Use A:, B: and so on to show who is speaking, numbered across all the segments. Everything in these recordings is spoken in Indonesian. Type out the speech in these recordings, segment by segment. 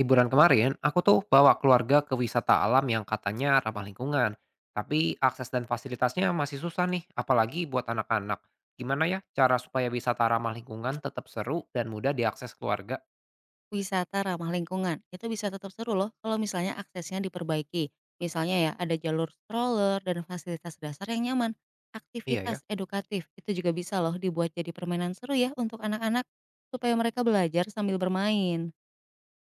A: Liburan kemarin, aku tuh bawa keluarga ke wisata alam yang katanya ramah lingkungan. Tapi akses dan fasilitasnya masih susah nih, apalagi buat anak-anak. Gimana ya cara supaya wisata ramah lingkungan tetap seru dan mudah diakses keluarga?
B: Wisata ramah lingkungan, itu bisa tetap seru loh kalau misalnya aksesnya diperbaiki. Misalnya ya, ada jalur stroller dan fasilitas dasar yang nyaman.
A: Iya ya.
B: Aktivitas edukatif itu juga bisa loh dibuat jadi permainan seru ya untuk anak-anak, supaya mereka belajar sambil bermain.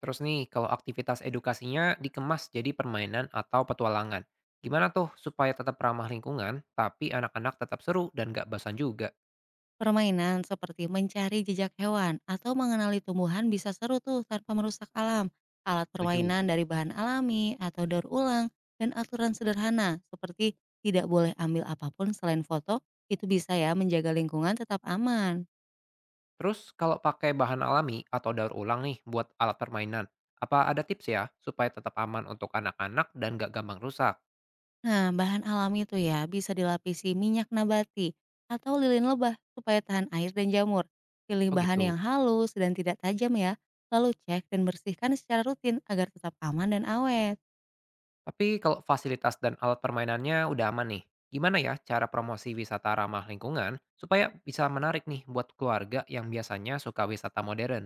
A: Terus nih, kalau aktivitas edukasinya dikemas jadi permainan atau petualangan. Gimana tuh supaya tetap ramah lingkungan, tapi anak-anak tetap seru dan gak bosan juga?
B: Permainan seperti mencari jejak hewan atau mengenali tumbuhan bisa seru tuh tanpa merusak alam. Alat
A: Setuju.
B: permainan dari bahan alami atau daur ulang dan aturan sederhana seperti tidak boleh ambil apapun selain foto itu bisa ya menjaga lingkungan tetap aman.
A: Terus kalau pakai bahan alami atau daur ulang nih buat alat permainan, apa ada tips ya supaya tetap aman untuk anak-anak dan gak gampang rusak?
B: Nah, bahan alami itu ya bisa dilapisi minyak nabati atau lilin lebah supaya tahan air dan jamur. Pilih
A: Oh
B: bahan
A: gitu.
B: yang halus dan tidak tajam ya, lalu cek dan bersihkan secara rutin agar tetap aman dan awet.
A: Tapi kalau fasilitas dan alat permainannya udah aman nih, gimana ya cara promosi wisata ramah lingkungan supaya bisa menarik nih buat keluarga yang biasanya suka wisata modern?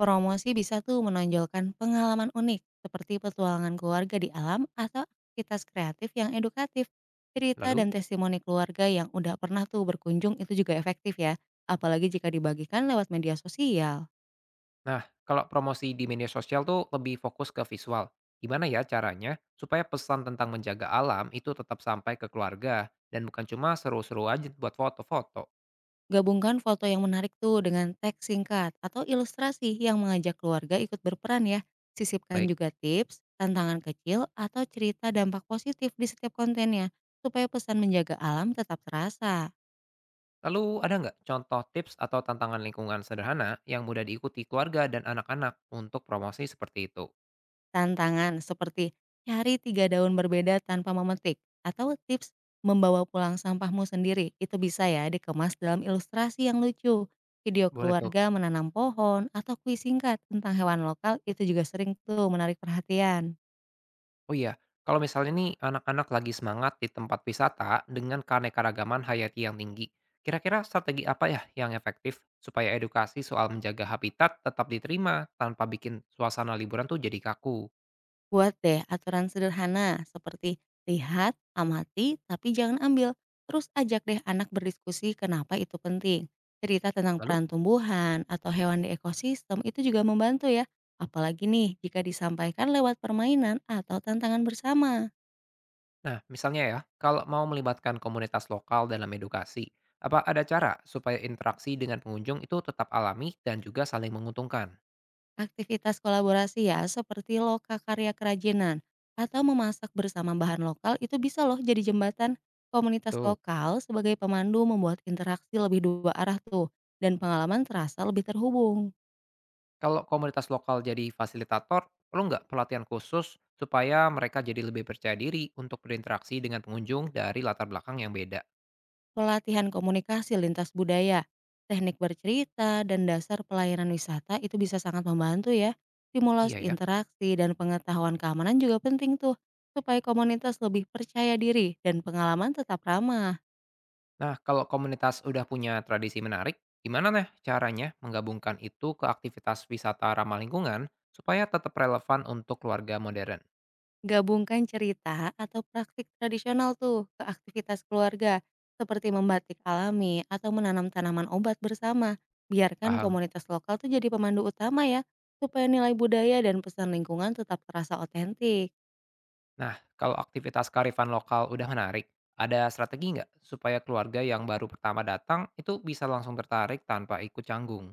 B: Promosi bisa tuh menonjolkan pengalaman unik seperti petualangan keluarga di alam atau aktivitas kreatif yang edukatif. Cerita
A: Lalu,
B: dan testimoni keluarga yang udah pernah tuh berkunjung itu juga efektif ya, apalagi jika dibagikan lewat media sosial.
A: nah kalau promosi di media sosial tuh lebih fokus ke visual. Gimana ya caranya supaya pesan tentang menjaga alam itu tetap sampai ke keluarga dan bukan cuma seru-seru aja buat foto-foto?
B: Gabungkan foto yang menarik tuh dengan teks singkat atau ilustrasi yang mengajak keluarga ikut berperan ya. Sisipkan
A: Baik,
B: juga tips, tantangan kecil, atau cerita dampak positif di setiap kontennya, supaya pesan menjaga alam tetap terasa.
A: lalu ada nggak contoh tips atau tantangan lingkungan sederhana yang mudah diikuti keluarga dan anak-anak untuk promosi seperti itu?
B: Tantangan seperti cari 3 daun berbeda tanpa memetik atau tips membawa pulang sampahmu sendiri, itu bisa ya dikemas dalam ilustrasi yang lucu. Video
A: Boleh tuh.
B: keluarga menanam pohon atau kuis singkat tentang hewan lokal itu juga sering tuh menarik perhatian.
A: Oh iya, kalau misalnya nih anak-anak lagi semangat di tempat wisata dengan keanekaragaman hayati yang tinggi, kira-kira strategi apa ya yang efektif supaya edukasi soal menjaga habitat tetap diterima tanpa bikin suasana liburan tuh jadi kaku?
B: Buat deh aturan sederhana seperti lihat, amati, tapi jangan ambil. Terus ajak deh anak berdiskusi kenapa itu penting. Cerita tentang
A: Lalu?
B: peran tumbuhan atau hewan di ekosistem itu juga membantu ya. Apalagi nih jika disampaikan lewat permainan atau tantangan bersama.
A: Nah, misalnya ya, kalau mau melibatkan komunitas lokal dalam edukasi, apa ada cara supaya interaksi dengan pengunjung itu tetap alami dan juga saling menguntungkan?
B: Aktivitas kolaborasi ya, seperti loka karya kerajinan atau memasak bersama bahan lokal itu bisa loh jadi jembatan. Komunitas
A: Betul.
B: lokal sebagai pemandu membuat interaksi lebih dua arah tuh dan pengalaman terasa lebih terhubung.
A: Kalau komunitas lokal jadi fasilitator, perlu nggak pelatihan khusus supaya mereka jadi lebih percaya diri untuk berinteraksi dengan pengunjung dari latar belakang yang beda?
B: Pelatihan komunikasi lintas budaya, teknik bercerita, dan dasar pelayanan wisata itu bisa sangat membantu ya.
A: Iya
B: Simulasi
A: ya.
B: interaksi dan pengetahuan keamanan juga penting tuh supaya komunitas lebih percaya diri dan pengalaman tetap ramah.
A: Nah, kalau komunitas udah punya tradisi menarik, gimana nih caranya menggabungkan itu ke aktivitas wisata ramah lingkungan supaya tetap relevan untuk keluarga modern?
B: Gabungkan cerita atau praktik tradisional tuh ke aktivitas keluarga seperti membatik alami atau menanam tanaman obat bersama. Biarkan
A: Paham?
B: komunitas lokal tuh jadi pemandu utama ya, supaya nilai budaya dan pesan lingkungan tetap terasa otentik.
A: Nah, kalau aktivitas karifan lokal udah menarik, ada strategi nggak supaya keluarga yang baru pertama datang itu bisa langsung tertarik tanpa ikut canggung?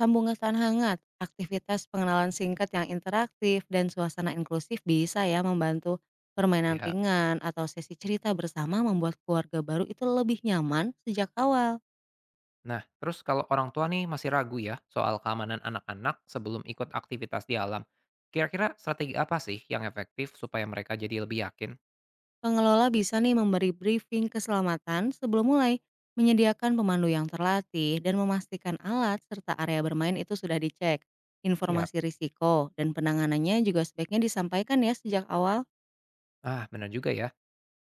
B: Sambung kesan hangat, aktivitas pengenalan singkat yang interaktif dan suasana inklusif bisa ya membantu permainan
A: Ya.
B: ringan atau sesi cerita bersama membuat keluarga baru itu lebih nyaman sejak awal.
A: Nah, terus kalau orang tua nih masih ragu ya soal keamanan anak-anak sebelum ikut aktivitas di alam, kira-kira strategi apa sih yang efektif supaya mereka jadi lebih yakin?
B: Pengelola bisa nih memberi briefing keselamatan sebelum mulai, menyediakan pemandu yang terlatih, dan memastikan alat serta area bermain itu sudah dicek.
A: Siap.
B: Informasi risiko dan penanganannya juga sebaiknya disampaikan ya sejak awal.
A: Ah, benar juga ya.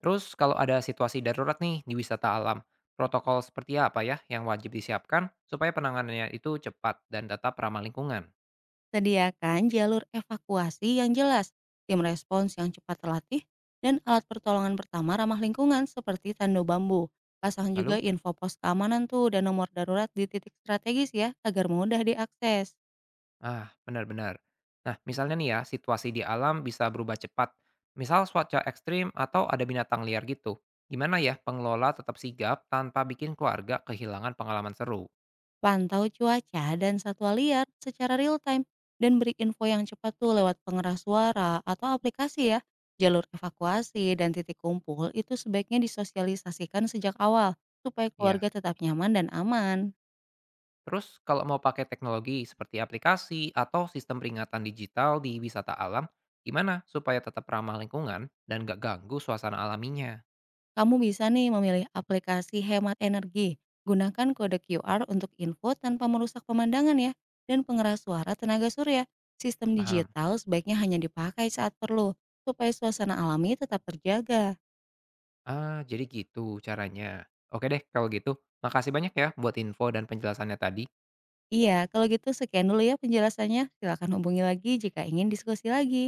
A: Terus kalau ada situasi darurat nih di wisata alam, protokol seperti apa ya yang wajib disiapkan supaya penanganannya itu cepat dan tetap ramah lingkungan?
B: Sediakan jalur evakuasi yang jelas, tim respons yang cepat terlatih, dan alat pertolongan pertama ramah lingkungan seperti tando bambu. Pasang juga
A: Lalu.
B: info pos keamanan tuh dan nomor darurat di titik strategis ya agar mudah diakses.
A: Ah, benar-benar. Nah, misalnya nih ya, situasi di alam bisa berubah cepat. Misal cuaca ekstrim atau ada binatang liar gitu. Gimana ya pengelola tetap sigap tanpa bikin keluarga kehilangan pengalaman seru?
B: Pantau cuaca dan satwa liar secara real time dan beri info yang cepat tuh lewat pengeras suara atau aplikasi ya. Jalur evakuasi dan titik kumpul itu sebaiknya disosialisasikan sejak awal supaya
A: Ya,
B: keluarga tetap nyaman dan aman.
A: terus kalau mau pakai teknologi seperti aplikasi atau sistem peringatan digital di wisata alam, gimana supaya tetap ramah lingkungan dan gak ganggu suasana alaminya?
B: Kamu bisa nih memilih aplikasi hemat energi. Gunakan kode QR untuk info tanpa merusak pemandangan ya. Dan pengeras suara tenaga surya. Sistem
A: Paham?
B: digital sebaiknya hanya dipakai saat perlu supaya suasana alami tetap terjaga.
A: Ah, jadi gitu caranya. Oke deh, kalau gitu. Makasih banyak ya buat info dan penjelasannya tadi.
B: Iya, kalau gitu sekian dulu ya penjelasannya. Silakan hubungi lagi jika ingin diskusi lagi.